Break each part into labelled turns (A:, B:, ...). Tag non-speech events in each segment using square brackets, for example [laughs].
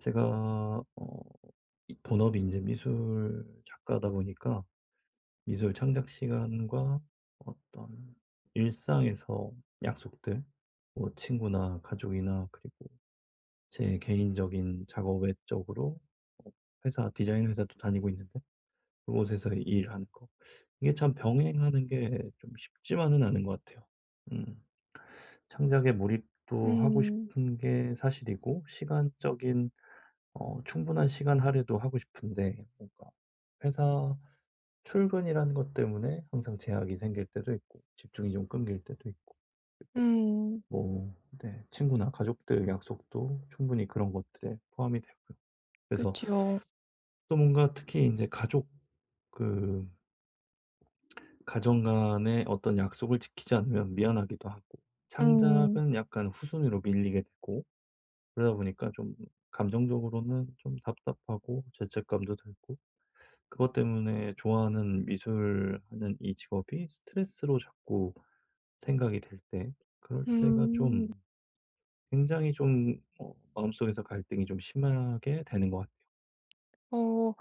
A: 제가 이 본업이 이제 미술 작가다 보니까 미술 창작 시간과 어떤 일상에서 약속들, 뭐 친구나 가족이나, 그리고 제 개인적인 작업 외적으로 어, 회사, 디자인 회사도 다니고 있는데, 그곳에서 일하는 거, 이게 참 병행하는 게 좀 쉽지만은 않은 것 같아요. 음, 창작에 몰입도 하고
B: 음.
A: 싶은 게 사실이고, 시간적인 충분한 시간 할애도 하고 싶은데, 뭔가 회사 출근이라는 것 때문에 항상 제약이 생길 때도 있고, 집중이 좀 끊길 때도 있고, 그리고
B: 음.
A: 뭐 네, 친구나 가족들 약속도 충분히 그런 것들에 포함이 되고요. 그래서
B: 그쵸.
A: 또 뭔가 특히 이제 가족, 그 가정 간의 어떤 약속을 지키지 않으면 미안하기도 하고,
B: 음.
A: 창작은 약간 후순위로 밀리게 되고, 그러다 보니까 좀 감정적으로는 좀 답답하고 죄책감도 들고, 그것 때문에 좋아하는 미술하는 이 직업이 스트레스로 자꾸 생각이 될 때, 그럴 때가 좀
B: 음.
A: 굉장히 좀 마음속에서 갈등이 좀 심하게 되는 것 같아요.
B: 어.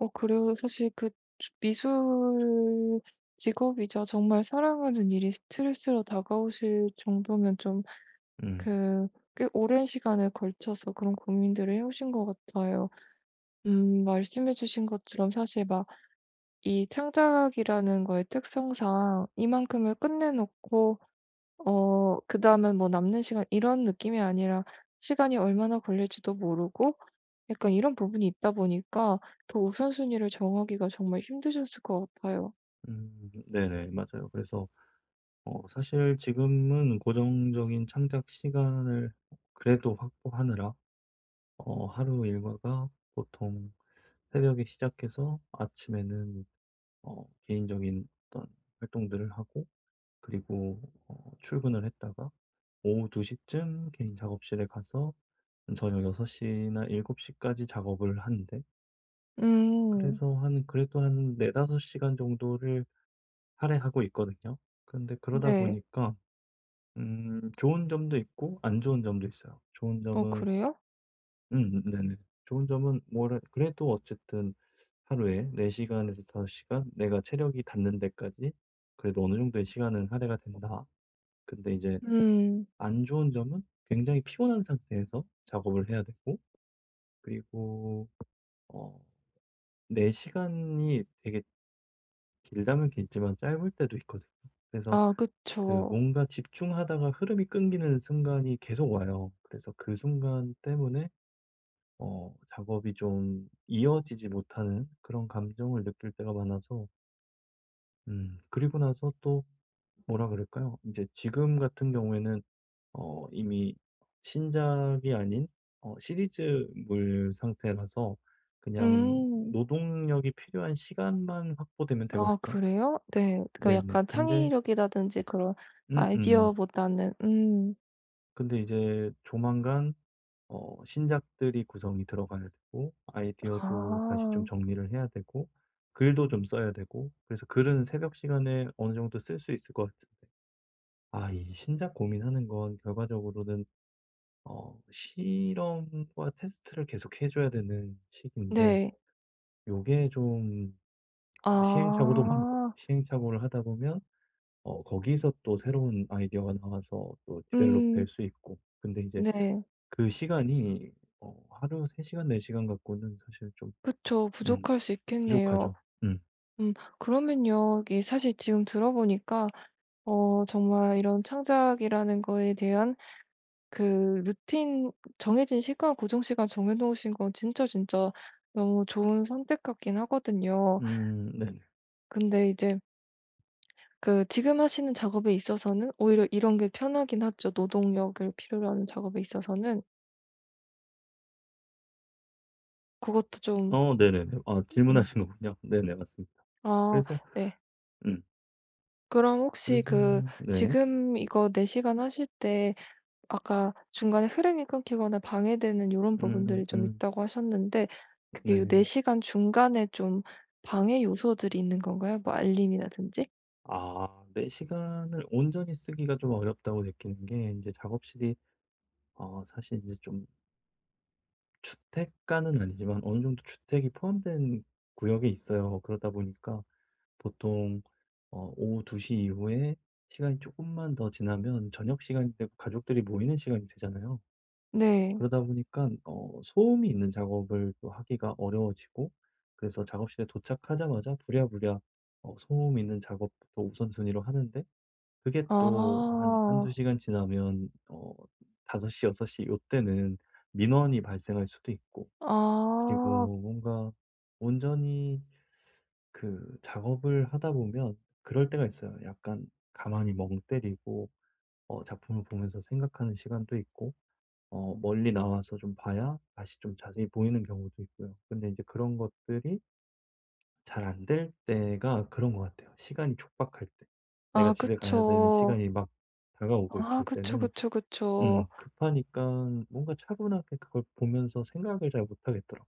B: 그리고 사실 그 주 미술 직업이자 정말 사랑하는 일이 스트레스로 다가오실 정도면 좀
A: 음.
B: 그 꽤 오랜 시간에 걸쳐서 그런 고민들을 해 오신 것 같아요. 말씀해 주신 것처럼 사실 막 이 창작이라는 거의 특성상 이만큼을 끝내 놓고 그다음엔 뭐 남는 시간 이런 느낌이 아니라 시간이 얼마나 걸릴지도 모르고 약간 이런 부분이 있다 보니까 더 우선순위를 정하기가 정말 힘드셨을 것 같아요.
A: 네네. 맞아요. 그래서 사실 지금은 고정적인 창작 시간을 그래도 확보하느라 하루 일과가 보통 새벽에 시작해서, 아침에는 개인적인 어떤 활동들을 하고, 그리고 출근을 했다가 오후 2 시쯤 개인 작업실에 가서 저녁 6 시나 7 시까지 작업을 하는데,
B: 음.
A: 그래서 한 그래도 한 4-5 시간 정도를 할애하고 있거든요. 근데 그러다
B: 네.
A: 보니까 좋은 점도 있고 안 좋은 점도 있어요. 좋은
B: 어
A: 점은
B: 그래요?
A: 네네. 좋은 점은 뭐랄 그래도 어쨌든 하루에 4 시간에서 5 시간, 내가 체력이 닿는 데까지 그래도 어느 정도의 시간은 할애가 된다. 근데 이제
B: 음.
A: 안 좋은 점은 굉장히 피곤한 상태에서 작업을 해야 되고, 그리고 어 내 시간이 되게 길다면 길지만 짧을 때도 있거든요. 그래서
B: 아
A: 그
B: 그쵸.
A: 뭔가 집중하다가 흐름이 끊기는 순간이 계속 와요. 그래서 그 순간 때문에 작업이 좀 이어지지 못하는 그런 감정을 느낄 때가 많아서 그리고 나서 또 뭐라 그럴까요? 이제 지금 같은 경우에는 이미 신작이 아닌 시리즈물 상태라서 그냥
B: 음.
A: 노동력이 필요한 시간만 확보되면
B: 아
A: 되거든요.
B: 그래요? 네. 그
A: 네네.
B: 약간
A: 근데
B: 창의력이라든지 그런
A: 음음.
B: 아이디어보다는
A: 근데 이제 조만간 신작들이 구성이 들어가야 되고, 아이디어도 다시
B: 아.
A: 좀 정리를 해야 되고, 글도 좀 써야 되고, 그래서 글은 새벽 시간에 어느 정도 쓸 수 있을 것 같은데, 아 이 신작 고민하는 건 결과적으로는 실험과 테스트를 계속 해 줘야 되는 시기인데,
B: 네.
A: 요게 좀 시행착오도 많고,
B: 아.
A: 시행착오를 하다 보면 거기서 또 새로운 아이디어가 나와서 또 디벨롭 될
B: 음.
A: 수 있고, 근데 이제
B: 네.
A: 그 시간이 하루 3 시간 4 시간 갖고는 사실 좀
B: 그쵸.
A: 음
B: 부족할 수 있겠네요.
A: 부족하죠. 음.
B: 음 그러면요. 이게 사실 지금 들어보니까 정말 이런 창작이라는 거에 대한 그 루틴 정해진 시간, 고정 시간 정해 놓으신 건 진짜, 진짜 너무 좋은 선택 같긴 하거든요.
A: 네네.
B: 근데 이제 그 지금 하시는 작업에 있어서는 오히려 이런 게 편하긴 하죠. 노동력을 필요로 하는 작업에 있어서는. 그것도 좀
A: 네네네. 아
B: 음.
A: 질문하신 거군요. 네네, 맞습니다.
B: 아
A: 그래서
B: 네.
A: 음
B: 그럼 혹시
A: 그래서
B: 그
A: 네.
B: 지금 이거 4 시간 하실 때 아까 중간에 흐름이 끊기거나 방해되는 이런
A: 음
B: 부분들이 좀
A: 음
B: 있다고 하셨는데 그게 요 4
A: 네.
B: 시간 중간에 좀 방해 요소들이 있는 건가요? 뭐 알림이라든지?
A: 아, 내 시간을 온전히 쓰기가 좀 어렵다고 느끼는 게, 이제 작업실이 사실 이제 좀 주택가는 아니지만 어느 정도 주택이 포함된 구역에 있어요. 그러다 보니까 보통 오후 2시 이후에 시간이 조금만 더 지나면 저녁 시간이 되고 가족들이 모이는 시간이 되잖아요.
B: 네.
A: 그러다 보니까 소음이 있는 작업을 또 하기가 어려워지고, 그래서 작업실에 도착하자마자 부랴부랴 소음 있는 작업부터 우선순위로 하는데, 그게 또 한한
B: 아.
A: 2 시간 지나면 어5시0 6시이 요때는 민원이 발생할 수도 있고,
B: 아.
A: 그리고 뭔가 온전히 그 작업을 하다 보면 그럴 때가 있어요. 약간 가만히 멍 때리고 작품을 보면서 생각하는 시간도 있고, 멀리 나와서 좀 봐야 다시 좀 자세히 보이는 경우도 있고요. 근데 이제 그런 것들이 잘 안 될 때가 그런 것 같아요. 시간이 촉박할 때. 내가
B: 아
A: 집에 가야 되는
B: 그쵸.
A: 시간이 막 다가오고
B: 아
A: 있을
B: 그쵸,
A: 때는,
B: 그쵸, 그쵸.
A: 급하니까 뭔가 차분하게 그걸 보면서 생각을 잘 못하겠더라고요.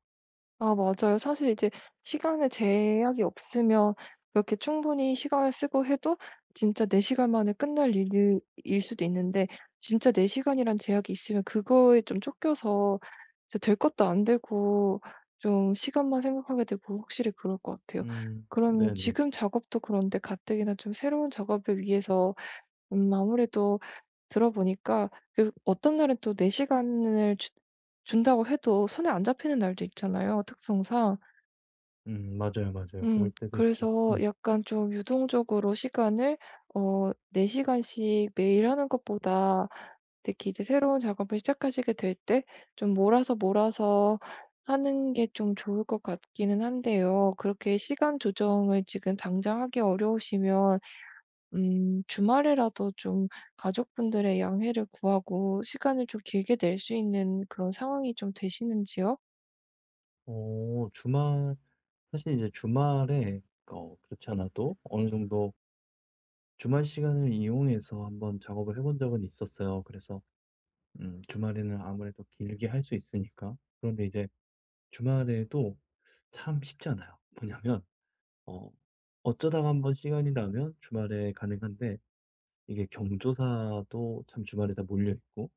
B: 아 맞아요. 사실 이제 시간에 제약이 없으면 그렇게 충분히 시간을 쓰고 해도 진짜 4 시간 만에 끝날 일일 수도 있는데 진짜 4 시간이란 제약이 있으면 그거에 좀 쫓겨서 진짜 될 것도 안 되고 좀 시간만 생각하게 되고 확실히 그럴 것 같아요.
A: 음.
B: 그러면
A: 네네.
B: 지금 작업도 그런데 가뜩이나 좀 새로운 작업을 위해서 아무래도 들어보니까 그 어떤 날은 또 4 시간을 주 준다고 해도 손에 안 잡히는 날도 있잖아요, 특성상.
A: 음. 맞아요, 맞아요. 그럴 때도 있죠.
B: 그래서
A: 음.
B: 약간 좀 유동적으로 시간을 4 시간씩 매일 하는 것보다 특히 이제 새로운 작업을 시작하시게 될 때 좀 몰아서, 몰아서 하는 게 좀 좋을 것 같기는 한데요. 그렇게 시간 조정을 지금 당장 하기 어려우시면 주말에라도 좀 가족분들의 양해를 구하고 시간을 좀 길게 낼 수 있는 그런 상황이 좀 되시는지요?
A: 어 주말 사실 이제 주말에 그렇지 않아도 어느 정도 주말 시간을 이용해서 한번 작업을 해본 적은 있었어요. 그래서 주말에는 아무래도 길게 할 수 있으니까. 그런데 이제 주말에도 참 쉽지 않아요. 뭐냐면 어 어쩌다가 한번 시간이 나면 주말에 가능한데, 이게 경조사도 참 주말에 다 몰려있고,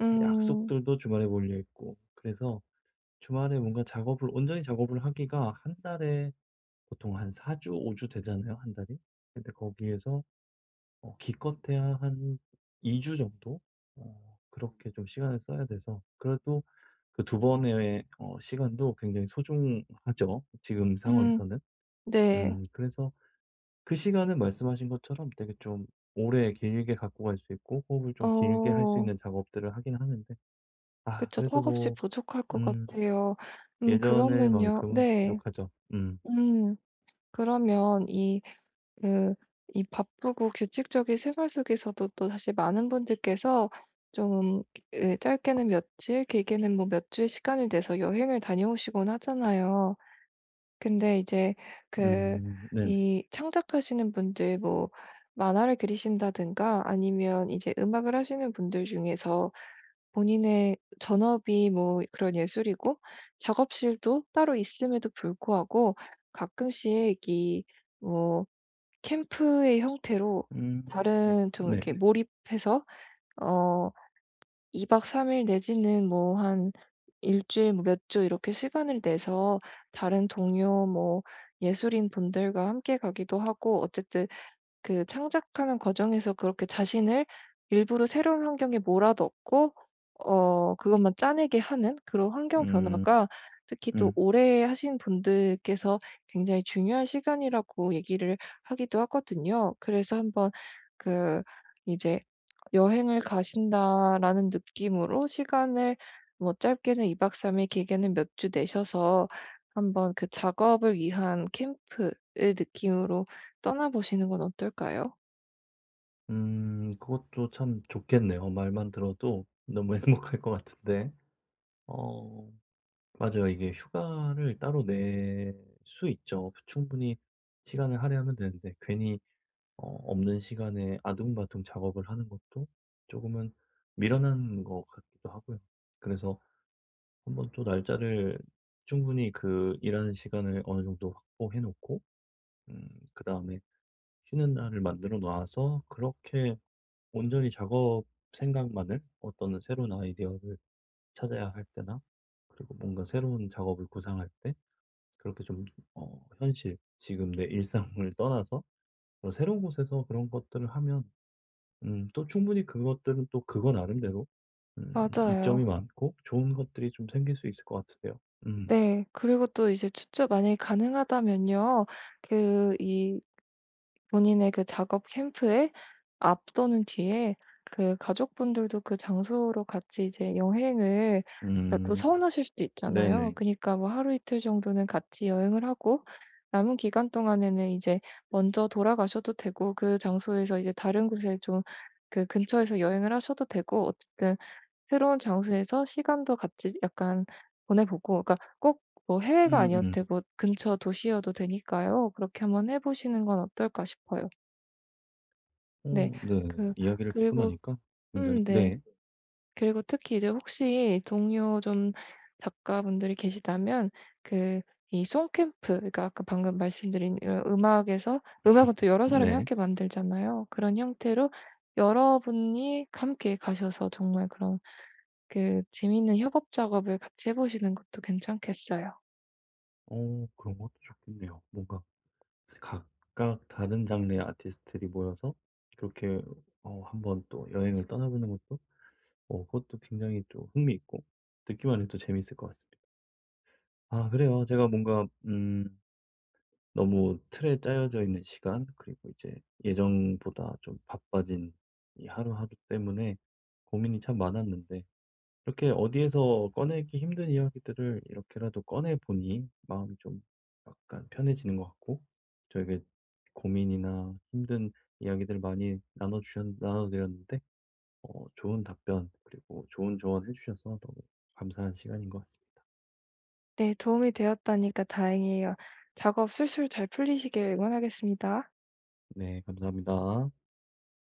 B: 음.
A: 약속들도 주말에 몰려있고, 그래서 주말에 뭔가 작업을 온전히 작업을 하기가, 한 달에 보통 한 4 주, 5주 되잖아요, 한 달이. 근데 거기에서 기껏해야 한 2주 정도 그렇게 좀 시간을 써야 돼서, 그래도 그 두 번의 시간도 굉장히 소중하죠, 지금
B: 음
A: 상황에서는.
B: 네.
A: 그래서 그 시간은 말씀하신 것처럼 되게 좀 오래 길게 갖고 갈 수 있고, 호흡을 좀 길게 할 수
B: 어
A: 있는 작업들을 하긴 하는데, 아
B: 그쵸.
A: 그래도
B: 턱없이
A: 뭐
B: 부족할 것
A: 음
B: 같아요. 그러면요
A: 예전에만큼은
B: 네.
A: 부족하죠. 음.
B: 음 그러면 그 이 바쁘고 규칙적인 생활 속에서도 또 사실 많은 분들께서 좀 그 짧게는 며칠 길게는 뭐 몇 주의 시간을 내서 여행을 다녀오시곤 하잖아요. 근데 이제 그
A: 네네.
B: 이 창작하시는 분들 뭐 만화를 그리신다든가 아니면 이제 음악을 하시는 분들 중에서 본인의 전업이 뭐 그런 예술이고 작업실도 따로 있음에도 불구하고 가끔씩 이 뭐 캠프의 형태로
A: 음
B: 다른 좀 이렇게
A: 네네.
B: 몰입해서 어 2박 3일 내지는 뭐 한 일 주일 뭐 몇 주 이렇게 시간을 내서 다른 동료 뭐 예술인분들과 함께 가기도 하고 어쨌든 그 창작하는 과정에서 그렇게 자신을 일부러 새로운 환경에 몰아넣고 그것만 짜내게 하는 그런 환경
A: 음.
B: 변화가 특히 또
A: 음.
B: 오래 하신 분들께서 굉장히 중요한 시간이라고 얘기를 하기도 하거든요. 그래서 한번 그 이제 '여행을 가신다.'라는 느낌으로 시간을 뭐 짧게는 2박 3일 길게는 몇 주 내셔서 한번 그 작업을 위한 캠프의 느낌으로 떠나보시는 건 어떨까요?
A: 그것도 참 좋겠네요. 말만 들어도 너무 [laughs] 행복할 것 같은데. 어 맞아요. 이게 휴가를 따로 낼 수 있죠. 충분히 시간을 할애하면 되는데, 괜히 없는 시간에 아둥바둥 작업을 하는 것도 조금은 미련한 것 같기도 하고요. 그래서 한번 또 날짜를 충분히 그 일하는 시간을 어느 정도 확보해 놓고, 음 그다음에 쉬는 날을 만들어 놔서 그렇게 온전히 작업 생각만을, 어떤 새로운 아이디어를 찾아야 할 때나, 그리고 뭔가 새로운 작업을 구상할 때 그렇게 좀 현실, 지금 내 일상을 [laughs] 떠나서 새로운 곳에서 그런 것들을 하면, 또 충분히 그것들은 또 그거 나름대로 음 이점이
B: 맞아요.
A: 많고 좋은 것들이 좀 생길 수 있을 것 같은데요. 음.
B: 네. 그리고 또 이제 추첨 만약에 가능하다면요. 그 이 본인의 그 작업 캠프의 앞 또는 뒤에 그 가족분들도 그 장소로 같이 이제 여행을 그러니까 또
A: 음.
B: 서운하실 수도 있잖아요.
A: 네네.
B: 그니까 뭐 하루 이틀 정도는 같이 여행을 하고 남은 기간 동안에는 이제 먼저 돌아가셔도 되고 그 장소에서 이제 다른 곳에 좀 그 근처에서 여행을 하셔도 되고 어쨌든 새로운 장소에서 시간도 같이 약간 보내보고 그러니까 꼭 뭐 해외가 아니어도
A: 음음.
B: 되고 근처 도시여도 되니까요. 그렇게 한번 해 보시는 건 어떨까 싶어요. 네.
A: 어 네.
B: 그
A: 이야기를 듣고
B: 그리고
A: 나니까 굉장히
B: 네.
A: 네.
B: 그리고 특히 이제 혹시 동료 좀 작가분들이 계시다면 그 이 송캠프 그러니까 아까 방금 말씀드린 이런 음악에서 음악은 또 여러 사람이
A: 네.
B: 함께 만들잖아요. 그런 형태로 여러분이 함께 가셔서 정말 그런 그 재밌는 협업 작업을 같이 해 보시는 것도 괜찮겠어요.
A: 그런 것도 좋겠네요. 뭔가 각각 다른 장르의 아티스트들이 모여서 그렇게 한번 또 여행을 떠나보는 것도, 그것도 굉장히 또 흥미있고 듣기만 해도 재미있을 것 같습니다. 아 그래요. 제가 뭔가 너무 틀에 짜여져 있는 시간, 그리고 이제 예정보다 좀 바빠진 이 하루하루 때문에 고민이 참 많았는데, 이렇게 어디에서 꺼내기 힘든 이야기들을 이렇게라도 꺼내보니 마음이 좀 약간 편해지는 것 같고, 저에게 고민이나 힘든 이야기들 많이 나눠드렸는데, 좋은 답변, 그리고 좋은 조언 해주셔서 너무 감사한 시간인 것 같습니다.
B: 네, 도움이 되었다니까 다행이에요. 작업 술술 잘 풀리시길 응원하겠습니다.
A: 네, 감사합니다.